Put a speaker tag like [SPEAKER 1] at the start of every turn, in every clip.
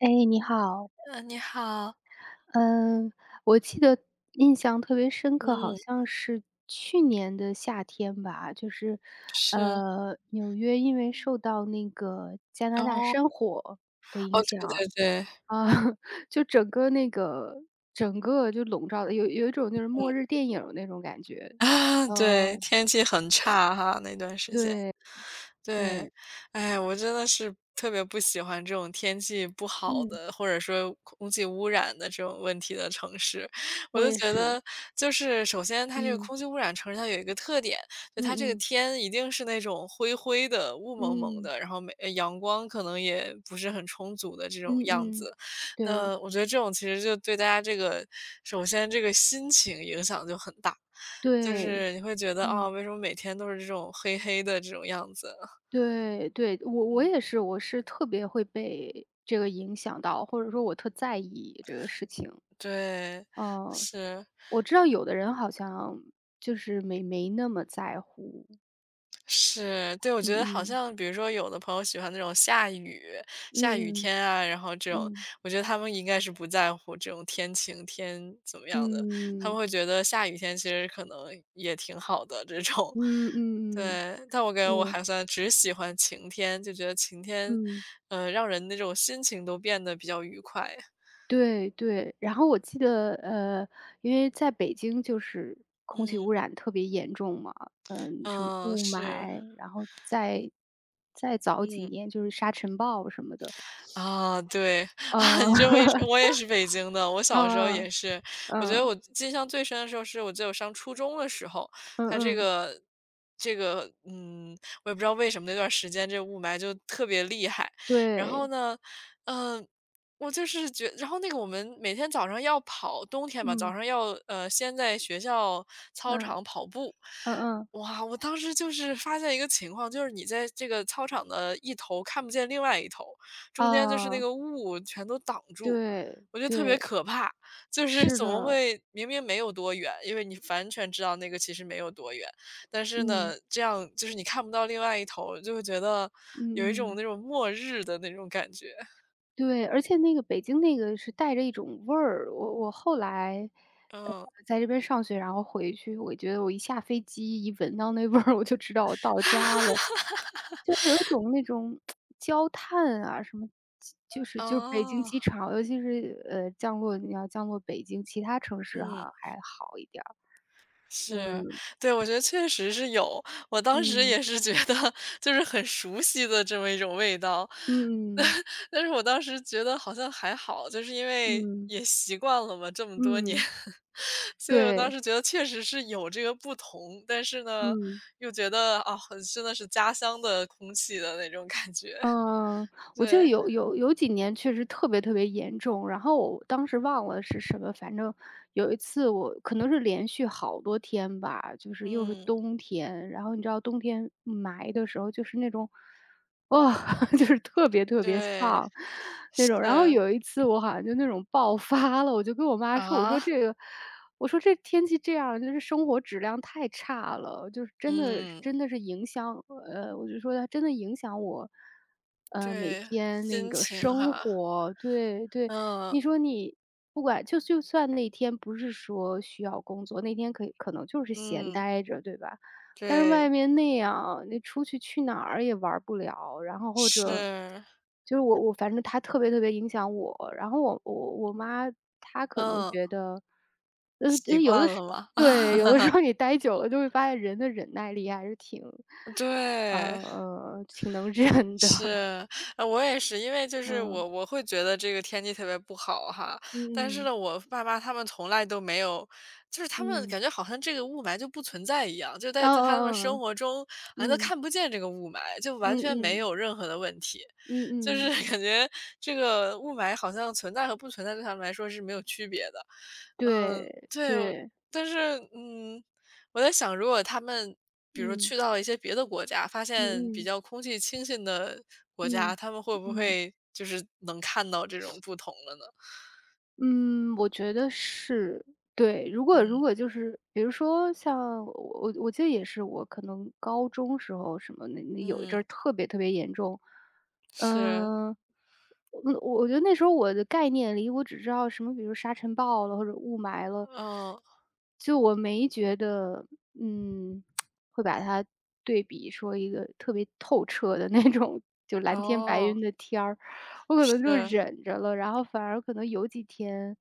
[SPEAKER 1] 哎，你好，
[SPEAKER 2] 嗯，你好。
[SPEAKER 1] 嗯，我记得印象特别深刻，好
[SPEAKER 2] 嗯。
[SPEAKER 1] 像是去年的夏天吧，就是，
[SPEAKER 2] 是。
[SPEAKER 1] 纽约因为受到那个加拿大
[SPEAKER 2] 哦。
[SPEAKER 1] 山火的
[SPEAKER 2] 哦，
[SPEAKER 1] 影
[SPEAKER 2] 对对
[SPEAKER 1] 响，
[SPEAKER 2] 对。
[SPEAKER 1] 啊，就整个那个整个就笼罩的有一种就是末
[SPEAKER 2] 嗯。
[SPEAKER 1] 日电影那种感觉，
[SPEAKER 2] 啊，对，
[SPEAKER 1] 呃，
[SPEAKER 2] 天气很差哈，那段时间。
[SPEAKER 1] 对
[SPEAKER 2] 对。
[SPEAKER 1] 对，
[SPEAKER 2] 哎，我真的是特别不喜欢这种天气不好
[SPEAKER 1] 嗯，
[SPEAKER 2] 的，或者说空气污染的这种问题的城市。我
[SPEAKER 1] 我
[SPEAKER 2] 就
[SPEAKER 1] 也
[SPEAKER 2] 觉
[SPEAKER 1] 是，
[SPEAKER 2] 得，就是首先它这个
[SPEAKER 1] 嗯
[SPEAKER 2] 空气污染城市它有一个特点，就
[SPEAKER 1] 嗯
[SPEAKER 2] 它这个
[SPEAKER 1] 嗯
[SPEAKER 2] 天一定是那种灰灰的、雾蒙蒙
[SPEAKER 1] 嗯
[SPEAKER 2] 的，然后没呃阳光可能也不是很充足的这种
[SPEAKER 1] 嗯
[SPEAKER 2] 样
[SPEAKER 1] 嗯，
[SPEAKER 2] 子。
[SPEAKER 1] 对
[SPEAKER 2] 那我觉得这种其实就对大家这个，首先这个心情影响就很大。就
[SPEAKER 1] 对，
[SPEAKER 2] 是你会觉得啊、
[SPEAKER 1] 嗯。
[SPEAKER 2] 为什么每天都是这种黑黑的这种样子？
[SPEAKER 1] 对对，我也是，我是特别会被这个影响到，或者说我特在意这个事情。
[SPEAKER 2] 对。
[SPEAKER 1] 嗯，
[SPEAKER 2] 是
[SPEAKER 1] 我知道有的人好像就是没那么在乎。
[SPEAKER 2] 是，对，我觉
[SPEAKER 1] 嗯
[SPEAKER 2] 得好
[SPEAKER 1] 嗯
[SPEAKER 2] 像比如说有的朋友喜欢那种下雨下雨
[SPEAKER 1] 嗯
[SPEAKER 2] 天啊，然后这种，
[SPEAKER 1] 嗯
[SPEAKER 2] 我觉得他们应该是不在乎这种天晴天怎么样的，他们
[SPEAKER 1] 嗯
[SPEAKER 2] 会觉得下雨天其实可能也挺好的这种。
[SPEAKER 1] 嗯嗯嗯嗯，
[SPEAKER 2] 对，但我感
[SPEAKER 1] 对，
[SPEAKER 2] 觉我还算只喜欢晴天，就觉得晴天，
[SPEAKER 1] 嗯。
[SPEAKER 2] 让人那种心情都变得比较愉快。
[SPEAKER 1] 对对，然后我记得，因为在北京就是空气
[SPEAKER 2] 嗯。
[SPEAKER 1] 污染特别严重嘛，嗯，什么
[SPEAKER 2] 嗯。
[SPEAKER 1] 雾
[SPEAKER 2] 是。
[SPEAKER 1] 霾，然后再早几
[SPEAKER 2] 嗯。
[SPEAKER 1] 年就是沙尘暴什么的，
[SPEAKER 2] 啊，对 啊，
[SPEAKER 1] 嗯，
[SPEAKER 2] 你这么一说，我也是北京的。我小时候也
[SPEAKER 1] 嗯，
[SPEAKER 2] 是，我觉得
[SPEAKER 1] 嗯，
[SPEAKER 2] 我印象最深的时候是我记得我上初中的时候，
[SPEAKER 1] 嗯
[SPEAKER 2] 它这
[SPEAKER 1] 嗯，
[SPEAKER 2] 个这个，嗯，我也不知道为什么那段时间这雾霾就特别厉害。然后
[SPEAKER 1] 对，
[SPEAKER 2] 呢，嗯、我就是觉，然后那个我们每天早上要跑，冬天嘛，早
[SPEAKER 1] 嗯，
[SPEAKER 2] 上要先在学校操
[SPEAKER 1] 嗯，
[SPEAKER 2] 场跑步。
[SPEAKER 1] 嗯嗯，
[SPEAKER 2] 哇，我当时就是发现一个情况，就是你在这个操场的一头看不见另外一头，中间就是那
[SPEAKER 1] 啊，
[SPEAKER 2] 个雾全都挡住，
[SPEAKER 1] 对，
[SPEAKER 2] 我觉得特别
[SPEAKER 1] 对，
[SPEAKER 2] 可怕。就是
[SPEAKER 1] 是
[SPEAKER 2] 怎么
[SPEAKER 1] 的，
[SPEAKER 2] 会明明没有多远，因为你完全知道那个其实没有多远，但是呢，
[SPEAKER 1] 嗯，
[SPEAKER 2] 这样就是你看不到另外一头，就会觉得有一
[SPEAKER 1] 嗯
[SPEAKER 2] 种
[SPEAKER 1] 嗯。
[SPEAKER 2] 那种末日的那种感觉。
[SPEAKER 1] 对，而且那个北京那个是带着一种味儿，我后来，呃，
[SPEAKER 2] 嗯。
[SPEAKER 1] 在这边上学，然后回去，我觉得我一下飞机一闻到那味儿，我就知道我到家了，就是有一种那种焦炭啊，什么就是北京
[SPEAKER 2] 哦。
[SPEAKER 1] 机场，尤其是降落你要降落北京，其他城市好
[SPEAKER 2] 嗯。
[SPEAKER 1] 像还好一点儿，
[SPEAKER 2] 是，
[SPEAKER 1] 嗯
[SPEAKER 2] 对，我觉得确实是有，我当时也
[SPEAKER 1] 嗯
[SPEAKER 2] 是觉得就是很熟悉的这么一种味道。
[SPEAKER 1] 嗯
[SPEAKER 2] 但是我当时觉得好像还好，就是因
[SPEAKER 1] 嗯
[SPEAKER 2] 为
[SPEAKER 1] 嗯
[SPEAKER 2] 也习惯了嘛，这么多年。
[SPEAKER 1] 嗯，
[SPEAKER 2] 所以我当
[SPEAKER 1] 对，
[SPEAKER 2] 时觉得确实是有这个不同，但是呢，
[SPEAKER 1] 嗯。
[SPEAKER 2] 又觉得啊，很真的是家乡的空气的那种感觉。
[SPEAKER 1] 嗯，我记得
[SPEAKER 2] 对。
[SPEAKER 1] 有几年确实特别特别严重，然后我当时忘了是什么，反正有一次我可能是连续好多天吧，就是又是
[SPEAKER 2] 嗯。
[SPEAKER 1] 冬天，然后你知道冬天霾的时候，就是那种哇，就是特别特别
[SPEAKER 2] 对。
[SPEAKER 1] 丧那
[SPEAKER 2] 是
[SPEAKER 1] 种。然后有一次我好像就那种爆发了，我就跟我妈说，我
[SPEAKER 2] 啊。
[SPEAKER 1] 说这个这天气这样，就是生活质量太差了，就是真的
[SPEAKER 2] 嗯。
[SPEAKER 1] 真的是影响我就说它真的影响我，每
[SPEAKER 2] 对，
[SPEAKER 1] 天那
[SPEAKER 2] 心
[SPEAKER 1] 个
[SPEAKER 2] 情
[SPEAKER 1] 生
[SPEAKER 2] 哈。
[SPEAKER 1] 活。对对，
[SPEAKER 2] 嗯
[SPEAKER 1] 你说你不管就算那天不是说需要工作，那天可以可能就是闲
[SPEAKER 2] 嗯。
[SPEAKER 1] 待着，对吧？但是外
[SPEAKER 2] 对。
[SPEAKER 1] 面那样，你出去去哪儿也玩儿不了，然后或者
[SPEAKER 2] 是。
[SPEAKER 1] 就是我反正他特别特别影响我。然后我妈她可能
[SPEAKER 2] 嗯。
[SPEAKER 1] 觉得，呃，
[SPEAKER 2] 习
[SPEAKER 1] 这有
[SPEAKER 2] 惯
[SPEAKER 1] 的
[SPEAKER 2] 了
[SPEAKER 1] 时
[SPEAKER 2] 嘛。
[SPEAKER 1] 对，有的时候你待久了就会发现人的忍耐力还是挺
[SPEAKER 2] 对。
[SPEAKER 1] 挺能忍的。
[SPEAKER 2] 是。我也是，因为就是
[SPEAKER 1] 嗯，
[SPEAKER 2] 我会觉得这个天气特别不好哈，但是
[SPEAKER 1] 嗯
[SPEAKER 2] 呢，我爸妈他们从来都没有就是他们
[SPEAKER 1] 嗯，
[SPEAKER 2] 感觉好像这个雾霾就不存在一样，就在他们生
[SPEAKER 1] 嗯，
[SPEAKER 2] 活中好像都
[SPEAKER 1] 嗯嗯嗯，
[SPEAKER 2] 看不见这个雾霾，就完
[SPEAKER 1] 嗯，嗯
[SPEAKER 2] 全没
[SPEAKER 1] 嗯，
[SPEAKER 2] 有任何的问题。
[SPEAKER 1] 嗯
[SPEAKER 2] 就是
[SPEAKER 1] 嗯，
[SPEAKER 2] 感觉这个雾霾好像存在和不存在对他们来说是没有区别的。嗯。
[SPEAKER 1] 对，
[SPEAKER 2] 对。
[SPEAKER 1] 对，
[SPEAKER 2] 但是，嗯，我在想，如果他们比如说
[SPEAKER 1] 嗯，
[SPEAKER 2] 去到一些别的国家，发现
[SPEAKER 1] 嗯
[SPEAKER 2] 比
[SPEAKER 1] 嗯，
[SPEAKER 2] 较空气清新的国家，
[SPEAKER 1] 嗯，
[SPEAKER 2] 他们会不
[SPEAKER 1] 嗯。
[SPEAKER 2] 会就是能看到这种不同了呢？
[SPEAKER 1] 嗯，我觉得是，对。如果如
[SPEAKER 2] 嗯
[SPEAKER 1] 果就是比如说像我记得也是我可能高中时候什么那有一阵
[SPEAKER 2] 嗯。
[SPEAKER 1] 儿特别特别严重。
[SPEAKER 2] 是。
[SPEAKER 1] 嗯，嗯，我觉得那时候我的概念里，我只知道什么，比如沙尘暴了或者雾霾了，
[SPEAKER 2] 哦
[SPEAKER 1] 就我没觉得，嗯，会把它对比说一个特别透彻的那种，就蓝天白
[SPEAKER 2] 哦。
[SPEAKER 1] 云的天儿。我可能就
[SPEAKER 2] 是。
[SPEAKER 1] 忍着了，然后反而可能有几天，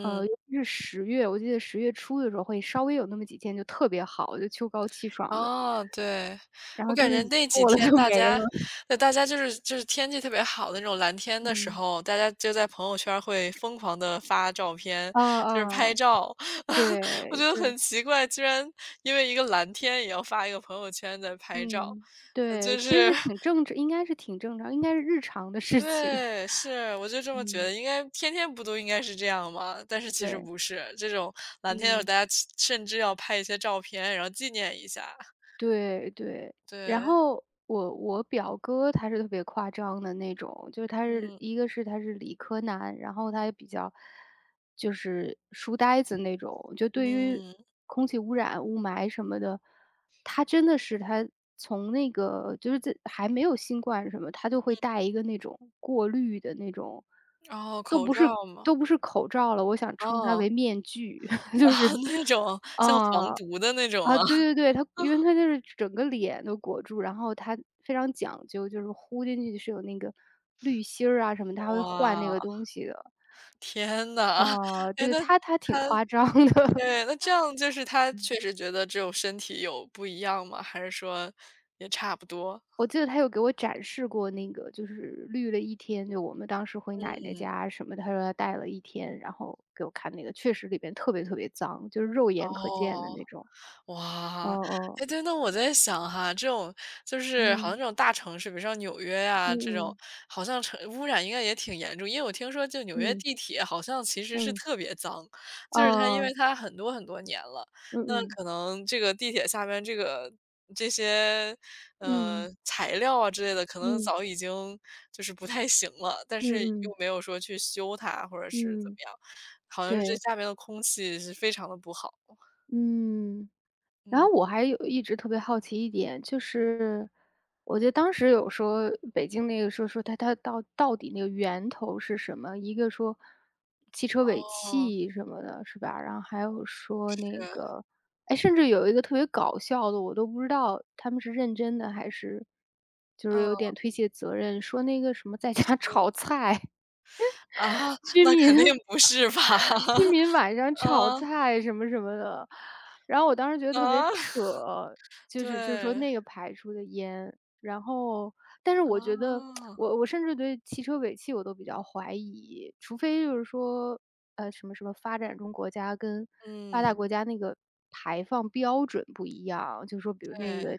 [SPEAKER 1] 尤其是十月，我记得10月初的时候会稍微有那么几天就特别好，就秋高气爽的，
[SPEAKER 2] 哦。对，
[SPEAKER 1] 然
[SPEAKER 2] 我
[SPEAKER 1] 后就
[SPEAKER 2] 感
[SPEAKER 1] 那
[SPEAKER 2] 觉
[SPEAKER 1] 几天
[SPEAKER 2] 那几
[SPEAKER 1] 过了就
[SPEAKER 2] 天大
[SPEAKER 1] 没
[SPEAKER 2] 家
[SPEAKER 1] 了。
[SPEAKER 2] 对，大家就是就是天气特别好的那种蓝天的时
[SPEAKER 1] 嗯，
[SPEAKER 2] 候，大家就在朋友圈儿会疯狂的发照片，
[SPEAKER 1] 啊
[SPEAKER 2] 就是拍
[SPEAKER 1] 啊，
[SPEAKER 2] 照。我觉
[SPEAKER 1] 对
[SPEAKER 2] 得
[SPEAKER 1] 对，
[SPEAKER 2] 很奇怪，居然因为一个蓝天也要发一个朋友圈在拍照，
[SPEAKER 1] 嗯，
[SPEAKER 2] 呃就
[SPEAKER 1] 对，其实
[SPEAKER 2] 是
[SPEAKER 1] 是挺 正常应该是挺正常，应该是日常的事情。
[SPEAKER 2] 对。是，我就这么觉得，
[SPEAKER 1] 嗯，
[SPEAKER 2] 应该天天不都应该是这样吗？但是 其实
[SPEAKER 1] 对，
[SPEAKER 2] 不是，这种蓝天的时候
[SPEAKER 1] 嗯。
[SPEAKER 2] 大家甚至要拍一些照片，然后纪念一下。
[SPEAKER 1] 对对，然
[SPEAKER 2] 对。
[SPEAKER 1] 后我表哥他是特别夸张的那种，就是他是
[SPEAKER 2] 嗯。
[SPEAKER 1] 一个是他是理科男，然后他也比较就是书呆子那种，就对于
[SPEAKER 2] 嗯。
[SPEAKER 1] 空气污染、雾霾什么的，他从那个就是在还没有新冠什么，他就会戴一个那种过滤的那种，
[SPEAKER 2] 然后
[SPEAKER 1] 都
[SPEAKER 2] 口
[SPEAKER 1] 不是
[SPEAKER 2] 罩嘛。
[SPEAKER 1] 都不是口罩了，我想称它
[SPEAKER 2] 哦。
[SPEAKER 1] 为面具，就是，
[SPEAKER 2] 那种像防
[SPEAKER 1] 啊。
[SPEAKER 2] 毒的那种
[SPEAKER 1] 啊，
[SPEAKER 2] 吗？
[SPEAKER 1] 对对 对，它因为它就是整个脸都裹住，然后它非常讲究，就是呼进去是有那个滤芯儿啊什么，它会换那
[SPEAKER 2] 哇。
[SPEAKER 1] 个东西的。
[SPEAKER 2] 天呐。
[SPEAKER 1] 啊，
[SPEAKER 2] 哎，
[SPEAKER 1] 对，
[SPEAKER 2] 那
[SPEAKER 1] 它 挺
[SPEAKER 2] 他
[SPEAKER 1] 夸张的，
[SPEAKER 2] 对，那这样就是他确实觉得只有身体有不一样吗？还是说也差不多？
[SPEAKER 1] 我记得他有给我展示过那个，就是滤了一天，就我们当时回奶奶
[SPEAKER 2] 嗯。
[SPEAKER 1] 家什么的，他说他戴了一天，然后给我看那个，确实里边特别特别脏，就是肉眼可见
[SPEAKER 2] 哦。
[SPEAKER 1] 的那种。哦
[SPEAKER 2] 哇。
[SPEAKER 1] 哦，
[SPEAKER 2] 哎，对，那我在想哈，这种就是好像
[SPEAKER 1] 嗯，
[SPEAKER 2] 这种大城市，比如像纽约
[SPEAKER 1] 嗯
[SPEAKER 2] 呀、这种，
[SPEAKER 1] 嗯，
[SPEAKER 2] 好像城污染应该也挺严重。因为我听说，就纽约
[SPEAKER 1] 嗯，
[SPEAKER 2] 地铁好像其实是
[SPEAKER 1] 嗯，
[SPEAKER 2] 特别脏，就是它因
[SPEAKER 1] 哦，
[SPEAKER 2] 为它很多很多年了，
[SPEAKER 1] 嗯
[SPEAKER 2] 那
[SPEAKER 1] 嗯，
[SPEAKER 2] 可能这个地铁下面这个这些
[SPEAKER 1] 嗯，
[SPEAKER 2] 材料啊之类的，可能
[SPEAKER 1] 嗯，
[SPEAKER 2] 早已经就是不太行了，但是
[SPEAKER 1] 嗯
[SPEAKER 2] 又没
[SPEAKER 1] 嗯。
[SPEAKER 2] 有说去修它或者是怎么
[SPEAKER 1] 嗯，
[SPEAKER 2] 样，好像是这
[SPEAKER 1] 对，
[SPEAKER 2] 下面的空气是非常的不好。
[SPEAKER 1] 嗯。然后
[SPEAKER 2] 嗯。
[SPEAKER 1] 我还有一直特别好奇一点，就是我觉得当时有说北京那个说它到底那个源头是什么？一个说汽车尾气什么的，是吧？然后还有说那个，哎，甚至有一个特别搞笑的，我都不知道他们是认真的还是就是
[SPEAKER 2] 嗯。
[SPEAKER 1] 有点推卸责任，说那个什么在家 炒菜，
[SPEAKER 2] 啊，
[SPEAKER 1] 居
[SPEAKER 2] 那肯定
[SPEAKER 1] 民
[SPEAKER 2] 不是吧？
[SPEAKER 1] 居 民晚上炒
[SPEAKER 2] 嗯。
[SPEAKER 1] 菜什么什么的，然后我当时觉得特别
[SPEAKER 2] 啊。
[SPEAKER 1] 扯，就是说
[SPEAKER 2] 对。
[SPEAKER 1] 那个排出的烟，然后但是我觉得
[SPEAKER 2] 哦。
[SPEAKER 1] 我甚至对汽车尾气我都比较怀疑，除非就是说，什么什么发展中国家跟发达
[SPEAKER 2] 嗯。
[SPEAKER 1] 国家那个排放标准不一样，就是说比如那
[SPEAKER 2] 对。
[SPEAKER 1] 个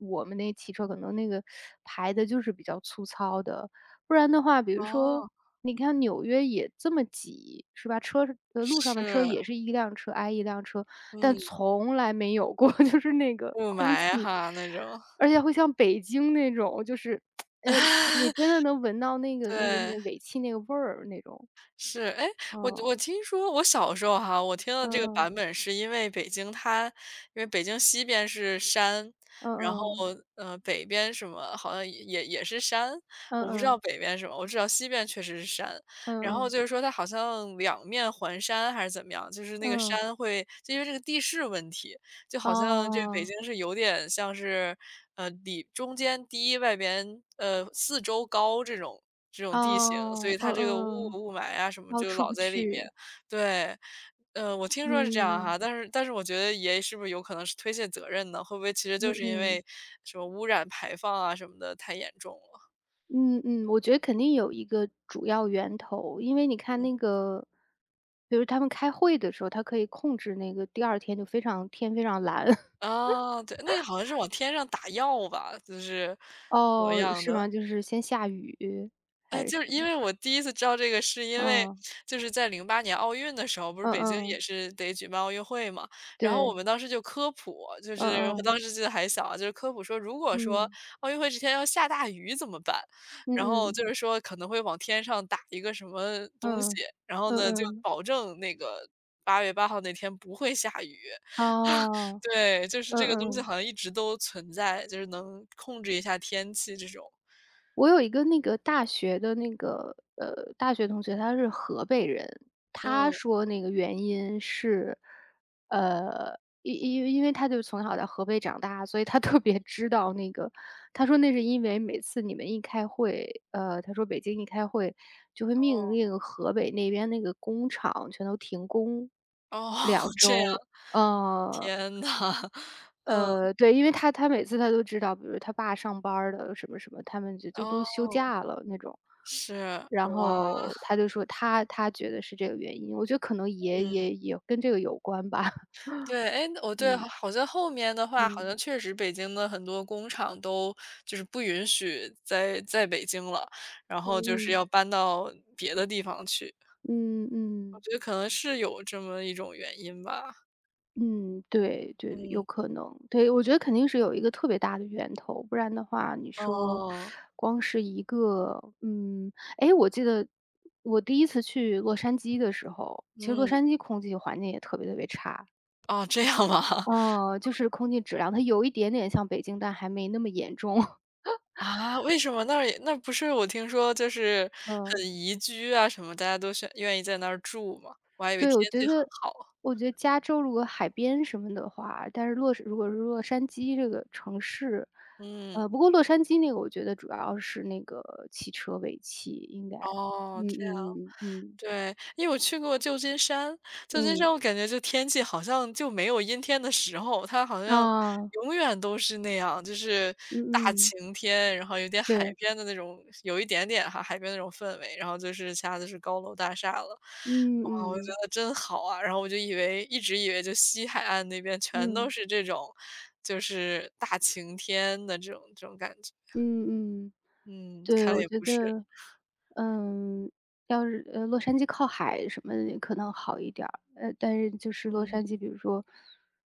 [SPEAKER 1] 我们那汽车可能那个排的就是比较粗糙的，不然的话，比如说，
[SPEAKER 2] 哦。
[SPEAKER 1] 你看纽约也这么挤，是吧？车的路上的车
[SPEAKER 2] 是。
[SPEAKER 1] 也是一辆车挨一辆车，但
[SPEAKER 2] 嗯。
[SPEAKER 1] 从来没有过 就是那个
[SPEAKER 2] 雾
[SPEAKER 1] 空气，
[SPEAKER 2] 霾哈，那种。
[SPEAKER 1] 而且会像北京那种，就是，嗯，呃你真的 能闻到那个那个
[SPEAKER 2] 对。
[SPEAKER 1] 那尾气那个味儿那种。
[SPEAKER 2] 是。哎，我
[SPEAKER 1] 哦，
[SPEAKER 2] 我听说我小时候哈，我听的这个
[SPEAKER 1] 嗯
[SPEAKER 2] 版本是因为北京它因为北京西边是山，然后，
[SPEAKER 1] 嗯
[SPEAKER 2] 北边什么好像也也是山。
[SPEAKER 1] 嗯
[SPEAKER 2] 我不知
[SPEAKER 1] 嗯
[SPEAKER 2] 道
[SPEAKER 1] 嗯
[SPEAKER 2] 北边什么，我知道西边确实是山。然后
[SPEAKER 1] 嗯
[SPEAKER 2] 就是说它好像两面环山还是怎么样，就是那个
[SPEAKER 1] 嗯嗯，
[SPEAKER 2] 山会就因为这个地势问题，就好像这北
[SPEAKER 1] 哦，
[SPEAKER 2] 京是有点像是，呃，里中间低，外边，呃，四周高这种这种地形，所以
[SPEAKER 1] 哦，嗯
[SPEAKER 2] 它这个
[SPEAKER 1] 嗯，
[SPEAKER 2] 雾霾啊什么
[SPEAKER 1] 哦，
[SPEAKER 2] 就
[SPEAKER 1] 出
[SPEAKER 2] 老
[SPEAKER 1] 不
[SPEAKER 2] 在里面。
[SPEAKER 1] 去，
[SPEAKER 2] 对。我听说是这样哈，
[SPEAKER 1] 嗯，
[SPEAKER 2] 但是但是我觉得也是不是有可能是推卸责任呢？会不会其实
[SPEAKER 1] 嗯
[SPEAKER 2] 就是因
[SPEAKER 1] 嗯。
[SPEAKER 2] 为什么污染排放啊什么的太严重了？
[SPEAKER 1] 嗯嗯，我觉得肯定有一个主要源头，因为你看那个，比如他们开会的时候，他可以控制那个第二天就非常天非常蓝。
[SPEAKER 2] 啊，对，那个好像是往天上打药吧，就是怎么
[SPEAKER 1] 哦，
[SPEAKER 2] 样
[SPEAKER 1] 是
[SPEAKER 2] 的。
[SPEAKER 1] 吗？就是先下雨
[SPEAKER 2] 哎，
[SPEAKER 1] 还是
[SPEAKER 2] 就
[SPEAKER 1] 什
[SPEAKER 2] 是因
[SPEAKER 1] 么？
[SPEAKER 2] 为我第一次知道这个是因为
[SPEAKER 1] 嗯，
[SPEAKER 2] 就是在08年奥运的时候，不是
[SPEAKER 1] 嗯
[SPEAKER 2] 北京也
[SPEAKER 1] 嗯，
[SPEAKER 2] 是得举办奥运会嘛，然后我
[SPEAKER 1] 对，
[SPEAKER 2] 们当时就科普，就
[SPEAKER 1] 嗯
[SPEAKER 2] 是我
[SPEAKER 1] 嗯，
[SPEAKER 2] 当时记得还小啊，就是科普说如果说
[SPEAKER 1] 嗯，
[SPEAKER 2] 奥运会这天要下大雨怎么办？
[SPEAKER 1] 嗯
[SPEAKER 2] 然后
[SPEAKER 1] 嗯，
[SPEAKER 2] 就是说可能会往天上打一个什么东西，
[SPEAKER 1] 嗯，
[SPEAKER 2] 然后
[SPEAKER 1] 嗯
[SPEAKER 2] 呢，就
[SPEAKER 1] 嗯，
[SPEAKER 2] 保证那个8月8号那天不会下雨。
[SPEAKER 1] 哦，
[SPEAKER 2] 对，就是
[SPEAKER 1] 嗯
[SPEAKER 2] 这个东西
[SPEAKER 1] 嗯。
[SPEAKER 2] 好像一直都存在，就是能控制一下天气这种。
[SPEAKER 1] 我有一个那个大学的那个大学同学，他是河北人。他
[SPEAKER 2] 嗯。
[SPEAKER 1] 说那个原因是，因为他就从小在河北长大，所以他特别知道那个他说那是因为每次你们一开会，他说北京一开会就会命令河北那边那个工厂全都停工
[SPEAKER 2] 哦。
[SPEAKER 1] 两
[SPEAKER 2] 这样。
[SPEAKER 1] 周，呃。
[SPEAKER 2] 天呐。嗯。
[SPEAKER 1] 对，因为他每次他都知道，比如他爸上班儿的什么什么，他们就就都
[SPEAKER 2] 哦。
[SPEAKER 1] 休假了那种。
[SPEAKER 2] 是。
[SPEAKER 1] 然
[SPEAKER 2] 哇。
[SPEAKER 1] 后他就说他觉得是这个原因，我觉得可能也
[SPEAKER 2] 嗯。
[SPEAKER 1] 也也跟这个有关吧。
[SPEAKER 2] 对，哎，我对，
[SPEAKER 1] 嗯
[SPEAKER 2] 好像后面的话，好像
[SPEAKER 1] 嗯
[SPEAKER 2] 确实北京的很多工厂都就是不允许在北京了，然后就是
[SPEAKER 1] 嗯
[SPEAKER 2] 要搬到别的地方去，
[SPEAKER 1] 嗯嗯
[SPEAKER 2] 我
[SPEAKER 1] 嗯。
[SPEAKER 2] 觉得可能是有这么一种原因吧。
[SPEAKER 1] 嗯，对对，有
[SPEAKER 2] 嗯。
[SPEAKER 1] 可能。对，我觉得肯定是有一个特别大的源头，不然的话，你说
[SPEAKER 2] 哦。
[SPEAKER 1] 光是一个哎，我记得我第一次去洛杉矶的时候，其实洛
[SPEAKER 2] 嗯。
[SPEAKER 1] 杉矶空气环境也特别特别差。
[SPEAKER 2] 哦，这样吗？
[SPEAKER 1] 哦，就是空气质量，它有一点点像北京，但还没那么严重。
[SPEAKER 2] 啊，为什么那儿也那不是我听说就是很
[SPEAKER 1] 嗯。
[SPEAKER 2] 宜居啊什么，大家都选愿意在那儿住吗？我还以为
[SPEAKER 1] 对，我
[SPEAKER 2] 天
[SPEAKER 1] 觉
[SPEAKER 2] 气很
[SPEAKER 1] 得
[SPEAKER 2] 好。
[SPEAKER 1] 我觉得加州如果海边什么的话，但是洛杉如果是洛杉矶这个城市，
[SPEAKER 2] 嗯。
[SPEAKER 1] 不过洛杉矶那个我觉得主要是那个汽车尾气，应该，
[SPEAKER 2] 哦，
[SPEAKER 1] 嗯
[SPEAKER 2] 这样。
[SPEAKER 1] 嗯嗯嗯
[SPEAKER 2] 对，因为我去过旧金山，旧金
[SPEAKER 1] 嗯，
[SPEAKER 2] 山我感觉就天气好像就没有阴天的时候，它好像
[SPEAKER 1] 啊，
[SPEAKER 2] 永远都是那样，就是大
[SPEAKER 1] 嗯嗯，
[SPEAKER 2] 晴天，然后有点海
[SPEAKER 1] 对，
[SPEAKER 2] 边的那种，有一点点哈海边那种氛围，然后就是其他的是高楼大厦了。
[SPEAKER 1] 嗯
[SPEAKER 2] 哇，我觉
[SPEAKER 1] 嗯嗯
[SPEAKER 2] 得真好啊！然后我就以为一直以为就西海岸那边全都
[SPEAKER 1] 嗯
[SPEAKER 2] 是这种，就是大晴天的这种这种感觉。
[SPEAKER 1] 嗯嗯。
[SPEAKER 2] 嗯，
[SPEAKER 1] 对，
[SPEAKER 2] 看来
[SPEAKER 1] 我
[SPEAKER 2] 也
[SPEAKER 1] 觉
[SPEAKER 2] 不是。
[SPEAKER 1] 得，嗯，要是洛杉矶靠海什么的可能好一点儿，但是就是洛
[SPEAKER 2] 嗯。
[SPEAKER 1] 杉矶，比如说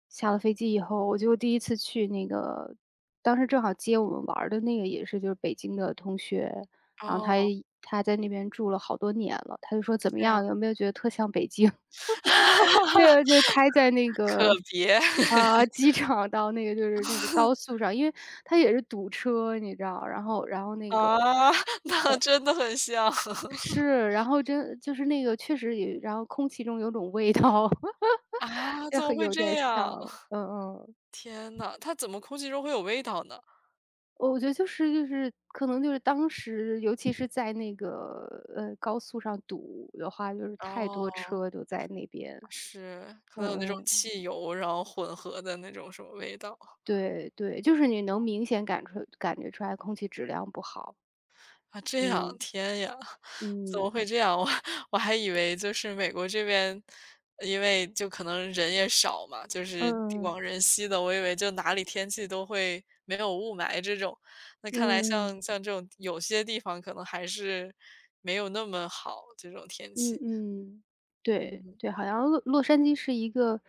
[SPEAKER 1] 下了飞机以后，我就第一次去那个，当时正好接我们玩儿的那个也是就是北京的同学，然后他
[SPEAKER 2] 哦，
[SPEAKER 1] 也他在那边住了好多年了，他就说怎么
[SPEAKER 2] 这样。
[SPEAKER 1] 样，有没有觉得特像北京？对，就开在那
[SPEAKER 2] 可
[SPEAKER 1] 个
[SPEAKER 2] 别
[SPEAKER 1] 啊，机场到那个就是那个高速上，因为他也是堵车，你知道，然后那个
[SPEAKER 2] 啊，那真的很像
[SPEAKER 1] 是，然后真就是那个确实也然后空气中有种味道，
[SPEAKER 2] 啊，
[SPEAKER 1] 也
[SPEAKER 2] 怎么
[SPEAKER 1] 很
[SPEAKER 2] 会
[SPEAKER 1] 有
[SPEAKER 2] 这
[SPEAKER 1] 点像，
[SPEAKER 2] 样？
[SPEAKER 1] 嗯嗯。
[SPEAKER 2] 天呐，它怎么空气中会有味道呢？
[SPEAKER 1] 我觉得就是可能就是当时尤其是在那个，高速上堵的话，就是太多
[SPEAKER 2] 哦，
[SPEAKER 1] 车都在那边，
[SPEAKER 2] 是，可
[SPEAKER 1] 嗯
[SPEAKER 2] 能有那种
[SPEAKER 1] 嗯，
[SPEAKER 2] 汽油，然后混合的那种什么味道。
[SPEAKER 1] 对对，就是你能明显感觉出来空气质量不好，
[SPEAKER 2] 啊，这样，
[SPEAKER 1] 嗯，
[SPEAKER 2] 天呀，怎么
[SPEAKER 1] 嗯，
[SPEAKER 2] 会这样？我还以为就是美国这边，因为就可能人也少嘛，就是地
[SPEAKER 1] 嗯嗯，
[SPEAKER 2] 广人稀的，我以为就哪里天气都会没有雾霾这种。那看来
[SPEAKER 1] 嗯。
[SPEAKER 2] 像这种有些地方可能还是没有那么好这种天气。
[SPEAKER 1] 嗯嗯，对
[SPEAKER 2] 嗯。
[SPEAKER 1] 对，好像洛杉矶是一个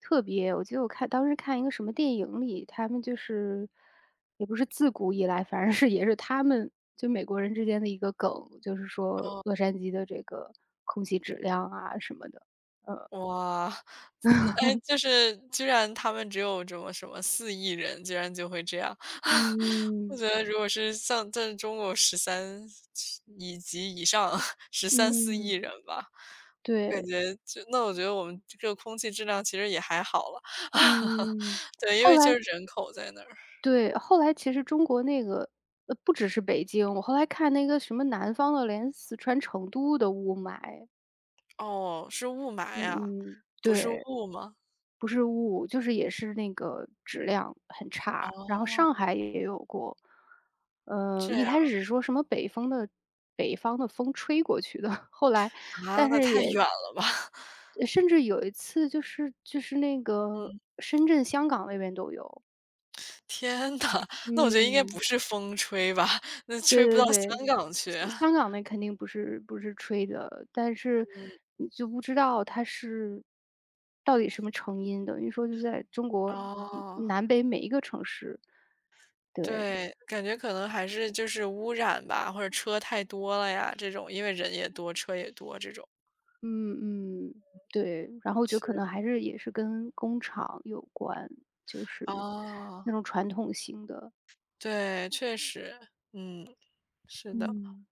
[SPEAKER 1] 特别我记得当时看一个什么电影里，他们就是也不是自古以来，反正是也是他们就美国人之间的一个梗，就是说洛杉矶的这个空气质量啊什么的。呃，
[SPEAKER 2] 哇，那哎，就是居然他们只有这么什么四亿人，居然就会这样。我
[SPEAKER 1] 嗯
[SPEAKER 2] 觉得如果是像在中国十三以及以上13、4亿
[SPEAKER 1] 嗯，
[SPEAKER 2] 人吧，我感
[SPEAKER 1] 对，
[SPEAKER 2] 觉就那我觉得我们这个空气质量其实也还好了。
[SPEAKER 1] 嗯。
[SPEAKER 2] 对，因
[SPEAKER 1] 后
[SPEAKER 2] 为就是
[SPEAKER 1] 来
[SPEAKER 2] 人口在那儿。
[SPEAKER 1] 对，后来其实中国那个不只是北京，我后来看那个什么南方的，连四川成都的雾霾。
[SPEAKER 2] 哦，是雾
[SPEAKER 1] 嗯
[SPEAKER 2] 霾啊，
[SPEAKER 1] 嗯，
[SPEAKER 2] 不是
[SPEAKER 1] 对，
[SPEAKER 2] 雾吗？
[SPEAKER 1] 不是雾，就是也是那个质量很差。然后
[SPEAKER 2] 哦，
[SPEAKER 1] 上海也有过，
[SPEAKER 2] 这
[SPEAKER 1] 一开
[SPEAKER 2] 样。
[SPEAKER 1] 始说什么北方的风吹过去的，后来
[SPEAKER 2] 啊，
[SPEAKER 1] 但
[SPEAKER 2] 那
[SPEAKER 1] 是
[SPEAKER 2] 太远
[SPEAKER 1] 也
[SPEAKER 2] 了。
[SPEAKER 1] 甚至有一次就是那个
[SPEAKER 2] 嗯，
[SPEAKER 1] 深圳、香港那边都有，
[SPEAKER 2] 天呐，那我觉得应该不
[SPEAKER 1] 嗯。
[SPEAKER 2] 是风吹吧，那
[SPEAKER 1] 对
[SPEAKER 2] 吹不
[SPEAKER 1] 对
[SPEAKER 2] 到
[SPEAKER 1] 对，
[SPEAKER 2] 香港去。
[SPEAKER 1] 香港那肯定不是吹的，但是 你就不知道它是到底什么成因，等于说就在中
[SPEAKER 2] 嗯。
[SPEAKER 1] 国
[SPEAKER 2] 哦。
[SPEAKER 1] 南北每一个城市。对，
[SPEAKER 2] 对，感觉可能还是就是污染吧，或者车太多了呀，这种，因为人也多，车也多这种。
[SPEAKER 1] 嗯嗯，对，然后我觉得可
[SPEAKER 2] 是。
[SPEAKER 1] 能还是也是跟工厂有关，就是
[SPEAKER 2] 哦。
[SPEAKER 1] 那种传统型的，
[SPEAKER 2] 对，确实。嗯。是的。
[SPEAKER 1] 嗯。